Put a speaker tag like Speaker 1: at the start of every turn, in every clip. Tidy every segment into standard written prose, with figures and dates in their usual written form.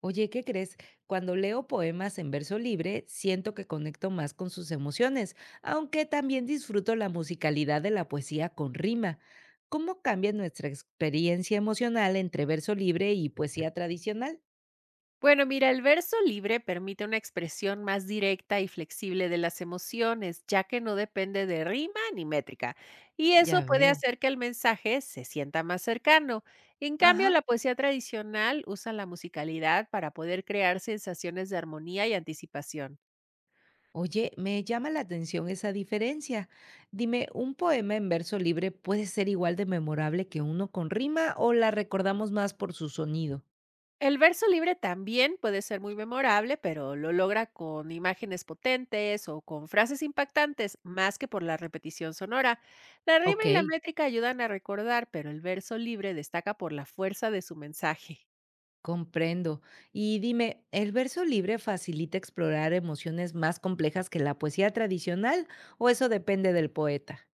Speaker 1: Oye, ¿qué crees? Cuando leo poemas en verso libre, siento que conecto más con sus emociones, aunque también disfruto la musicalidad de la poesía con rima. ¿Cómo cambia nuestra experiencia emocional entre verso libre y poesía tradicional?
Speaker 2: Bueno, mira, el verso libre permite una expresión más directa y flexible de las emociones, ya que no depende de rima ni métrica, y eso
Speaker 1: Ya
Speaker 2: puede
Speaker 1: veo.
Speaker 2: hacer que el mensaje se sienta más cercano. En cambio,
Speaker 1: Ajá.
Speaker 2: la poesía tradicional usa la musicalidad para poder crear sensaciones de armonía y anticipación.
Speaker 1: Oye, me llama la atención esa diferencia. Dime, ¿un poema en verso libre puede ser igual de memorable que uno con rima o la recordamos más por su sonido?
Speaker 2: El verso libre también puede ser muy memorable, pero lo logra con imágenes potentes o con frases impactantes, más que por la repetición sonora. La rima
Speaker 1: Ok.
Speaker 2: y la métrica ayudan a recordar, pero el verso libre destaca por la fuerza de su mensaje.
Speaker 1: Comprendo. Y dime, ¿el verso libre facilita explorar emociones más complejas que la poesía tradicional o eso depende del poeta?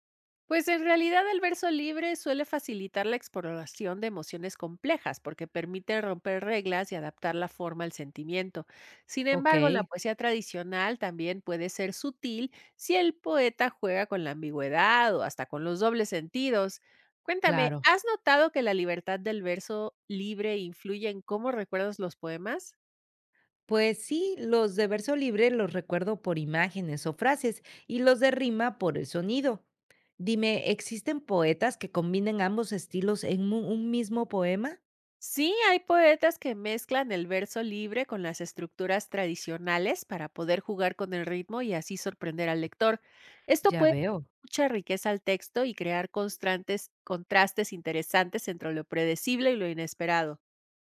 Speaker 2: Pues en realidad el verso libre suele facilitar la exploración de emociones complejas porque permite romper reglas y adaptar la forma al sentimiento. Sin
Speaker 1: Ok,
Speaker 2: embargo, la poesía tradicional también puede ser sutil si el poeta juega con la ambigüedad o hasta con los dobles sentidos. Cuéntame,
Speaker 1: claro.
Speaker 2: ¿has notado que la libertad del verso libre influye en cómo recuerdas los poemas?
Speaker 1: Pues sí, los de verso libre los recuerdo por imágenes o frases y los de rima por el sonido. Dime, ¿existen poetas que combinen ambos estilos en un mismo poema?
Speaker 2: Sí, hay poetas que mezclan el verso libre con las estructuras tradicionales para poder jugar con el ritmo y así sorprender al lector. Esto
Speaker 1: Ya
Speaker 2: puede
Speaker 1: veo.
Speaker 2: dar mucha riqueza al texto y crear constantes contrastes interesantes entre lo predecible y lo inesperado.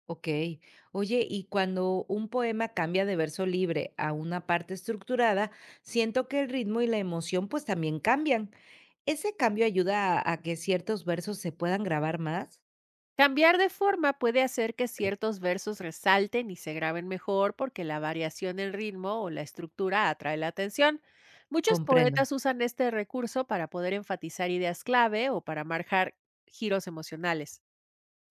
Speaker 1: Okey. Oye, y cuando un poema cambia de verso libre a una parte estructurada, siento que el ritmo y la emoción, pues, también cambian. ¿Ese cambio ayuda a que ciertos versos se puedan grabar más?
Speaker 2: Cambiar de forma puede hacer que ciertos versos resalten y se graben mejor porque la variación del ritmo o la estructura atrae la atención. Muchos
Speaker 1: Comprendo.
Speaker 2: poetas usan este recurso para poder enfatizar ideas clave o para marcar giros emocionales.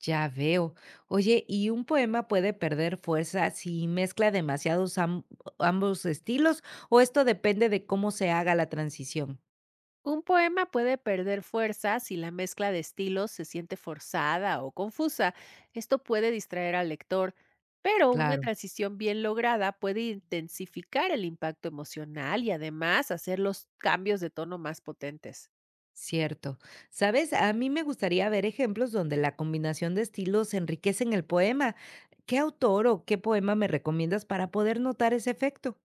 Speaker 1: Ya veo. Oye, ¿y un poema puede perder fuerza si mezcla demasiados am ambos estilos, o esto depende de cómo se haga la transición?
Speaker 2: Un poema puede perder fuerza si la mezcla de estilos se siente forzada o confusa. Esto puede distraer al lector, pero una
Speaker 1: Claro.
Speaker 2: transición bien lograda puede intensificar el impacto emocional y además hacer los cambios de tono más potentes.
Speaker 1: Cierto. ¿Sabes? A mí me gustaría ver ejemplos donde la combinación de estilos enriquecen el poema. ¿Qué autor o qué poema me recomiendas para poder notar ese efecto?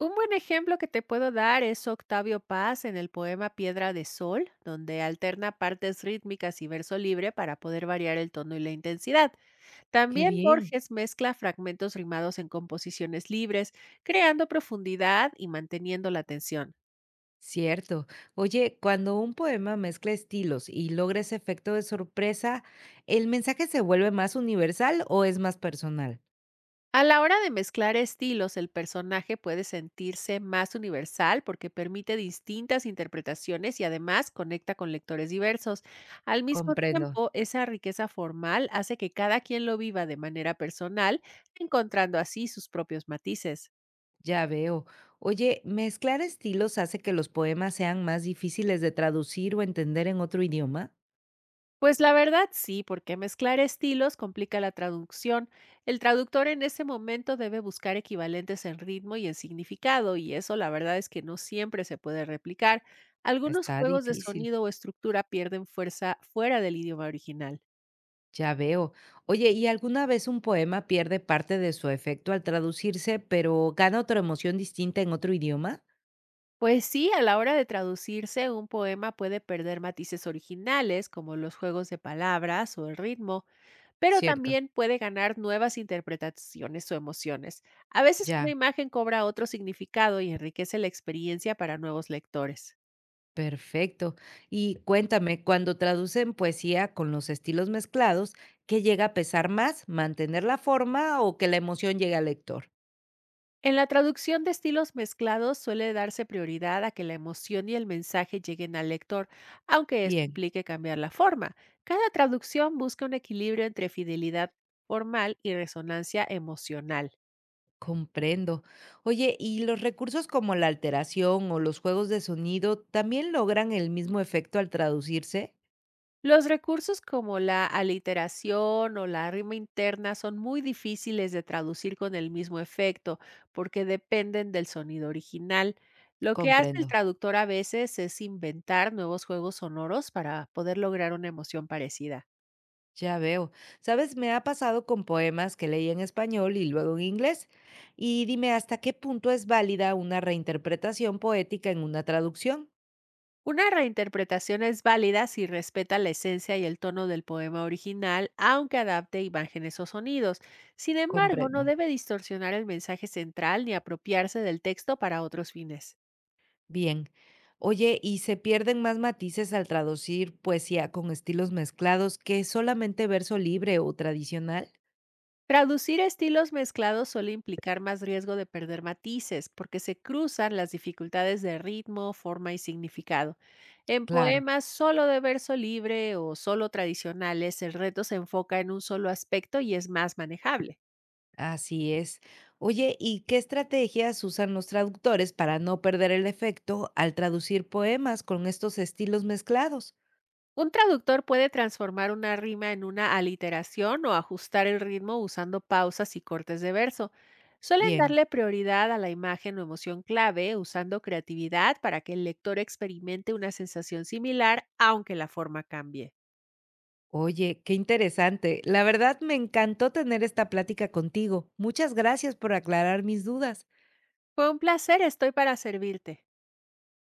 Speaker 2: Un buen ejemplo que te puedo dar es Octavio Paz en el poema Piedra de Sol, donde alterna partes rítmicas y verso libre para poder variar el tono y la intensidad.
Speaker 1: Qué
Speaker 2: También
Speaker 1: bien.
Speaker 2: Borges mezcla fragmentos rimados en composiciones libres, creando profundidad y manteniendo la tensión.
Speaker 1: Cierto. Oye, cuando un poema mezcla estilos y logra ese efecto de sorpresa, ¿el mensaje se vuelve más universal o es más personal?
Speaker 2: A la hora de mezclar estilos, el personaje puede sentirse más universal porque permite distintas interpretaciones y además conecta con lectores diversos. Al mismo
Speaker 1: Comprendo.
Speaker 2: tiempo, esa riqueza formal hace que cada quien lo viva de manera personal, encontrando así sus propios matices.
Speaker 1: Ya veo. Oye, ¿mezclar estilos hace que los poemas sean más difíciles de traducir o entender en otro idioma?
Speaker 2: Pues la verdad sí, porque mezclar estilos complica la traducción. El traductor en ese momento debe buscar equivalentes en ritmo y en significado, y eso la verdad es que no siempre se puede replicar. Algunos
Speaker 1: Está
Speaker 2: juegos de
Speaker 1: difícil.
Speaker 2: sonido o estructura pierden fuerza fuera del idioma original.
Speaker 1: Ya veo. Oye, ¿y alguna vez un poema pierde parte de su efecto al traducirse, pero gana otra emoción distinta en otro idioma?
Speaker 2: Pues sí, a la hora de traducirse, un poema puede perder matices originales, como los juegos de palabras o el ritmo, pero
Speaker 1: Cierto.
Speaker 2: también puede ganar nuevas interpretaciones o emociones. A veces una
Speaker 1: Ya,
Speaker 2: imagen cobra otro significado y enriquece la experiencia para nuevos lectores.
Speaker 1: perfecto. Y cuéntame, cuando traducen poesía con los estilos mezclados, ¿qué llega a pesar más, mantener la forma o que la emoción llegue al lector?
Speaker 2: En la traducción de estilos mezclados suele darse prioridad a que la emoción y el mensaje lleguen al lector, aunque esto
Speaker 1: Bien,
Speaker 2: implique cambiar la forma. Cada traducción busca un equilibrio entre fidelidad formal y resonancia emocional.
Speaker 1: comprendo. Oye, ¿y los recursos como la alteración o los juegos de sonido también logran el mismo efecto al traducirse?
Speaker 2: Los recursos como la aliteración o la rima interna son muy difíciles de traducir con el mismo efecto porque dependen del sonido original. Lo que hace el
Speaker 1: Comprendo.
Speaker 2: traductor a veces es inventar nuevos juegos sonoros para poder lograr una emoción parecida.
Speaker 1: Ya veo. Sabes, me ha pasado con poemas que leí en español y luego en inglés. Y dime hasta qué punto es válida una reinterpretación poética en una traducción.
Speaker 2: Una reinterpretación es válida si respeta la esencia y el tono del poema original, aunque adapte imágenes o sonidos. Sin embargo, no
Speaker 1: Comprendo.
Speaker 2: debe distorsionar el mensaje central ni apropiarse del texto para otros fines.
Speaker 1: Bien. Oye, ¿y se pierden más matices al traducir poesía con estilos mezclados que solamente verso libre o tradicional?
Speaker 2: Traducir estilos mezclados suele implicar más riesgo de perder matices, porque se cruzan las dificultades de ritmo, forma y significado. En
Speaker 1: Claro,
Speaker 2: poemas solo de verso libre o solo tradicionales, el reto se enfoca en un solo aspecto y es más manejable.
Speaker 1: así es. Oye, ¿y qué estrategias usan los traductores para no perder el efecto al traducir poemas con estos estilos mezclados?
Speaker 2: Un traductor puede transformar una rima en una aliteración o ajustar el ritmo usando pausas y cortes de verso. Suelen
Speaker 1: Bien.
Speaker 2: darle prioridad a la imagen o emoción clave usando creatividad para que el lector experimente una sensación similar aunque la forma cambie.
Speaker 1: Oye, qué interesante. La verdad me encantó tener esta plática contigo. Muchas gracias por aclarar mis dudas.
Speaker 2: Fue un placer, estoy para servirte.